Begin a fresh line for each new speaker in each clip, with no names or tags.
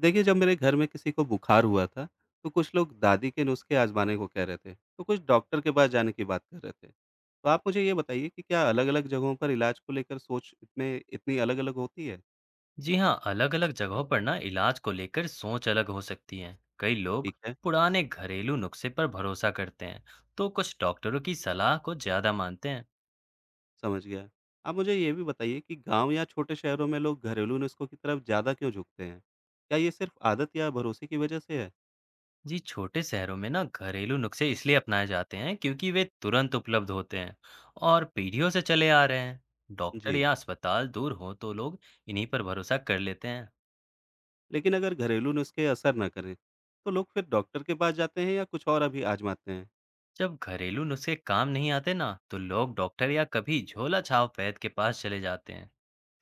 देखिए, जब मेरे घर में किसी को बुखार हुआ था तो कुछ लोग दादी के नुस्खे आजमाने को कह रहे थे, तो कुछ डॉक्टर के पास जाने की बात कर रहे थे। तो आप मुझे ये बताइए कि क्या अलग अलग जगहों पर इलाज को लेकर सोच इसमें इतनी अलग अलग होती है?
जी हाँ, अलग-अलग जगहों पर ना इलाज को लेकर सोच अलग हो सकती है। कई लोग
ठीक है,
पुराने घरेलू नुस्खे पर भरोसा करते हैं, तो कुछ डॉक्टरों की सलाह को ज्यादा मानते हैं।
समझ गया। आप मुझे ये भी बताइए कि गांव या छोटे शहरों में लोग घरेलू नुस्खों की तरफ ज़्यादा क्यों झुकते हैं? क्या ये सिर्फ आदत या भरोसे की वजह से है?
जी, छोटे शहरों में ना घरेलू नुस्खे इसलिए अपनाए जाते हैं क्योंकि वे तुरंत उपलब्ध होते हैं और पीढ़ियों से चले आ रहे हैं। डॉक्टर
जी।
या अस्पताल दूर हो तो लोग इन्हीं पर भरोसा कर लेते हैं।
लेकिन अगर घरेलू नुस्खे असर न करें तो लोग फिर डॉक्टर के पास जाते हैं या कुछ और अभी आजमाते हैं?
जब घरेलू नुस्खे काम नहीं आते ना, तो लोग डॉक्टर या कभी झोला छाप वैद्य के पास चले जाते हैं।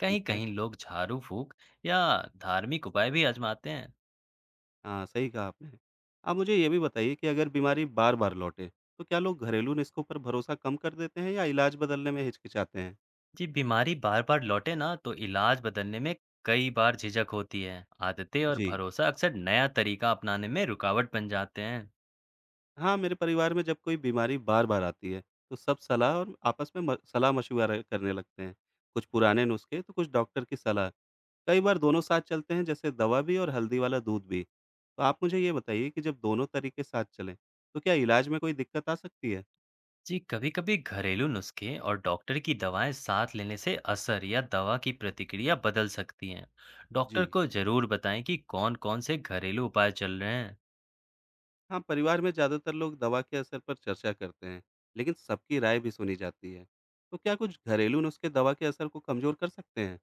कहीं
ठीक है।
कहीं लोग झाड़ू फूंक या धार्मिक उपाय भी आजमाते हैं।
हाँ, सही कहा आपने। आप मुझे ये भी बताइए कि अगर बीमारी बार-बार लौटे, तो क्या लोग घरेलू नुस्खों पर भरोसा कम कर देते हैं या इलाज बदलने में हिचकिचाते हैं?
जी, बीमारी बार बार लौटे ना, तो इलाज बदलने में कई बार झिझक होती है। आदतें और
जी।
भरोसा अक्सर नया तरीका अपनाने में रुकावट बन जाते हैं।
हाँ, मेरे परिवार में जब कोई बीमारी बार-बार आती है, तो सब सलाह और आपस में म सलाह-मशविरा करने लगते हैं। कुछ पुराने नुस्खे, तो कुछ डॉक्टर की सलाह। कई बार दोनों साथ चलते हैं, जैसे दवा भी और हल्दी वाला दूध भी। तो आप मुझे ये बताइए कि जब दोनों तरीके साथ चलें, तो क्या इलाज में कोई दिक्कत आ सकती है?
जी, कभी कभी घरेलू नुस्खे और डॉक्टर की दवाएं साथ लेने से असर या दवा की प्रतिक्रिया बदल सकती हैं। डॉक्टर
जी।
को जरूर बताएं कि कौन कौन से घरेलू उपाय चल रहे हैं।
हाँ, परिवार में ज़्यादातर लोग दवा के असर पर चर्चा करते हैं, लेकिन सबकी राय भी सुनी जाती है। तो क्या कुछ घरेलू नुस्खे दवा के असर को कमज़ोर कर सकते हैं?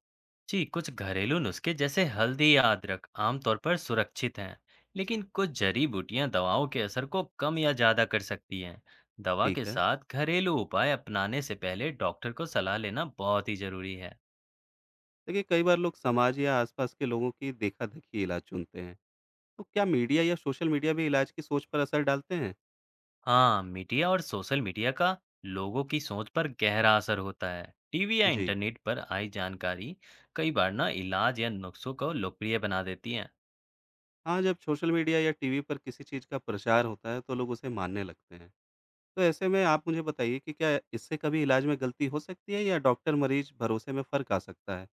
जी, कुछ घरेलू नुस्खे जैसे हल्दी या अदरक आमतौर पर सुरक्षित हैं, लेकिन कुछ जड़ी बूटियां दवाओं के असर को कम या ज्यादा कर सकती हैं। दवा के
ठीक है।
साथ घरेलू उपाय अपनाने से पहले डॉक्टर को सलाह लेना बहुत ही जरूरी है।
देखिए, कई बार लोग समाज या आसपास के लोगों की देखा-देखी इलाज चुनते हैं। तो क्या मीडिया या सोशल मीडिया भी इलाज की सोच पर असर डालते हैं?
हाँ, मीडिया और सोशल मीडिया का लोगों की सोच पर गहरा असर होता है। टीवी या
जी।
इंटरनेट पर आई जानकारी कई बार ना इलाज या नुस्खों को लोकप्रिय बना देती है।
हाँ, जब सोशल मीडिया या टीवी पर किसी चीज़ का प्रचार होता है, तो लोग उसे मानने लगते हैं। तो ऐसे में आप मुझे बताइए कि क्या इससे कभी इलाज में गलती हो सकती है या डॉक्टर-मरीज भरोसे में फ़र्क आ सकता है?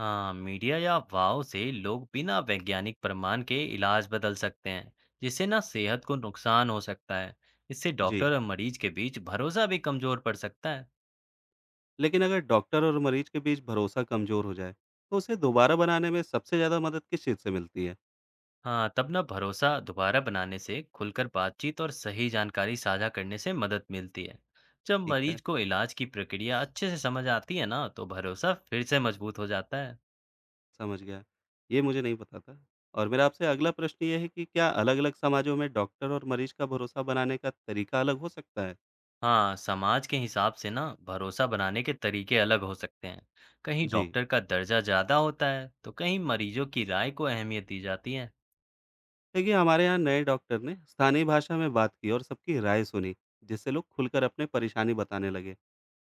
हाँ, मीडिया या अफवाहों से लोग बिना वैज्ञानिक प्रमाण के इलाज बदल सकते हैं, जिससे ना सेहत को नुकसान हो सकता है। इससे
जी।
डॉक्टर और मरीज के बीच भरोसा भी कमजोर पड़ सकता है।
लेकिन अगर डॉक्टर और मरीज के बीच भरोसा कमजोर हो जाए, तो उसे दोबारा बनाने में सबसे ज्यादा मदद किस चीज से मिलती है?
हाँ, तब ना भरोसा दोबारा बनाने से खुलकर बातचीत और सही जानकारी साझा करने से मदद मिलती है। जब
ठीक
मरीज
है,
को इलाज की प्रक्रिया अच्छे से समझ आती है ना, तो भरोसा फिर से मजबूत हो जाता है।
समझ गया। ये मुझे नहीं पता था। और मेरा आपसे अगला प्रश्न ये है कि क्या अलग अलग समाजों में डॉक्टर और मरीज का भरोसा बनाने का तरीका अलग हो सकता है?
हाँ, समाज के हिसाब से ना भरोसा बनाने के तरीके अलग हो सकते हैं। कहीं
जी।
डॉक्टर का दर्जा ज़्यादा होता है, तो कहीं मरीजों की राय को अहमियत दी जाती है।
देखिए, हमारे यहाँ नए डॉक्टर ने स्थानीय भाषा में बात की और सबकी राय सुनी, जिससे लोग खुलकर अपने परेशानी बताने लगे।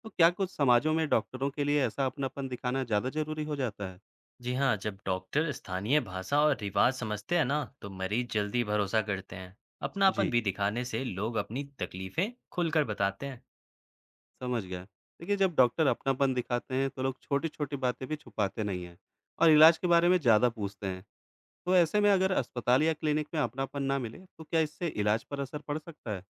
तो क्या कुछ समाजों में डॉक्टरों के लिए ऐसा अपनापन दिखाना ज्यादा जरूरी हो जाता है?
जी हाँ, जब डॉक्टर स्थानीय भाषा और रिवाज समझते हैं ना, तो मरीज जल्दी भरोसा करते हैं। अपनापन
जी,
भी दिखाने से लोग अपनी तकलीफें खुलकर बताते हैं।
समझ गया। देखिए, जब डॉक्टर अपनापन दिखाते हैं तो लोग छोटी-छोटी बातें भी छुपाते नहीं हैं और इलाज के बारे में ज़्यादा पूछते हैं। तो ऐसे में अगर अस्पताल या क्लिनिक में अपनापन ना मिले तो क्या इससे इलाज पर असर पड़ सकता है?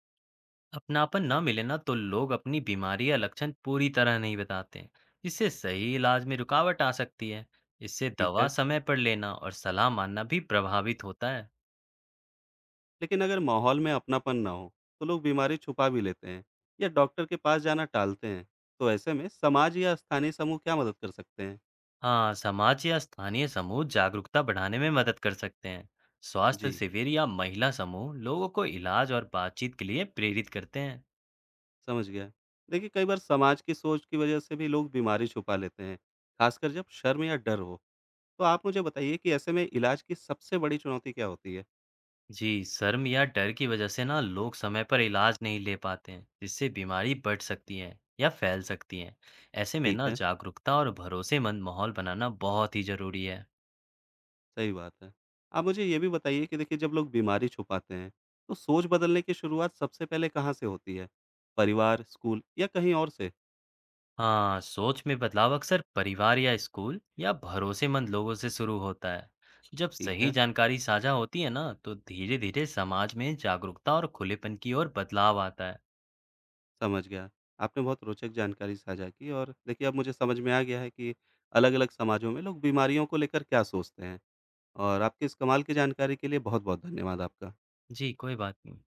अपनापन ना मिले ना, तो लोग अपनी बीमारी या लक्षण पूरी तरह नहीं बताते, इससे सही इलाज में रुकावट आ सकती है। इससे
ठीक
दवा
है।
समय पर लेना और सलाह मानना भी प्रभावित होता है।
लेकिन अगर माहौल में अपनापन ना हो तो लोग बीमारी छुपा भी लेते हैं या डॉक्टर के पास जाना टालते हैं। तो ऐसे में समाज या स्थानीय समूह क्या मदद कर सकते हैं?
हाँ, समाज या स्थानीय समूह जागरूकता बढ़ाने में मदद कर सकते हैं। स्वास्थ्य
जी,
शिविर या महिला समूह लोगों को इलाज और बातचीत के लिए प्रेरित करते हैं।
समझ गया। देखिए, कई बार समाज की सोच की वजह से भी लोग बीमारी छुपा लेते हैं, खासकर जब शर्म या डर हो। तो आप मुझे बताइए कि ऐसे में इलाज की सबसे बड़ी चुनौती क्या होती है?
जी, शर्म या डर की वजह से ना लोग समय पर इलाज नहीं ले पाते हैं, जिससे बीमारी बढ़ सकती है या फैल सकती है। ऐसे में
ठीक
ना
है,
जागरूकता और भरोसेमंद माहौल बनाना बहुत ही जरूरी है।
सही बात है। आप मुझे ये भी बताइए कि देखिए, जब लोग बीमारी छुपाते हैं, तो सोच बदलने की शुरुआत सबसे पहले कहाँ से होती है? परिवार, स्कूल या कहीं और से?
हाँ, सोच में बदलाव अक्सर परिवार या स्कूल या भरोसेमंद लोगों से शुरू होता है। जब
ठीक
सही
है,
जानकारी साझा होती है ना, तो धीरे धीरे समाज में जागरूकता और खुलेपन की ओर बदलाव आता है।
समझ गया। आपने बहुत रोचक जानकारी साझा की और देखिए, अब मुझे समझ में आ गया है कि अलग-अलग समाजों में लोग बीमारियों को लेकर क्या सोचते हैं। और आपके इस कमाल की जानकारी के लिए बहुत-बहुत धन्यवाद आपका।
जी, कोई बात नहीं।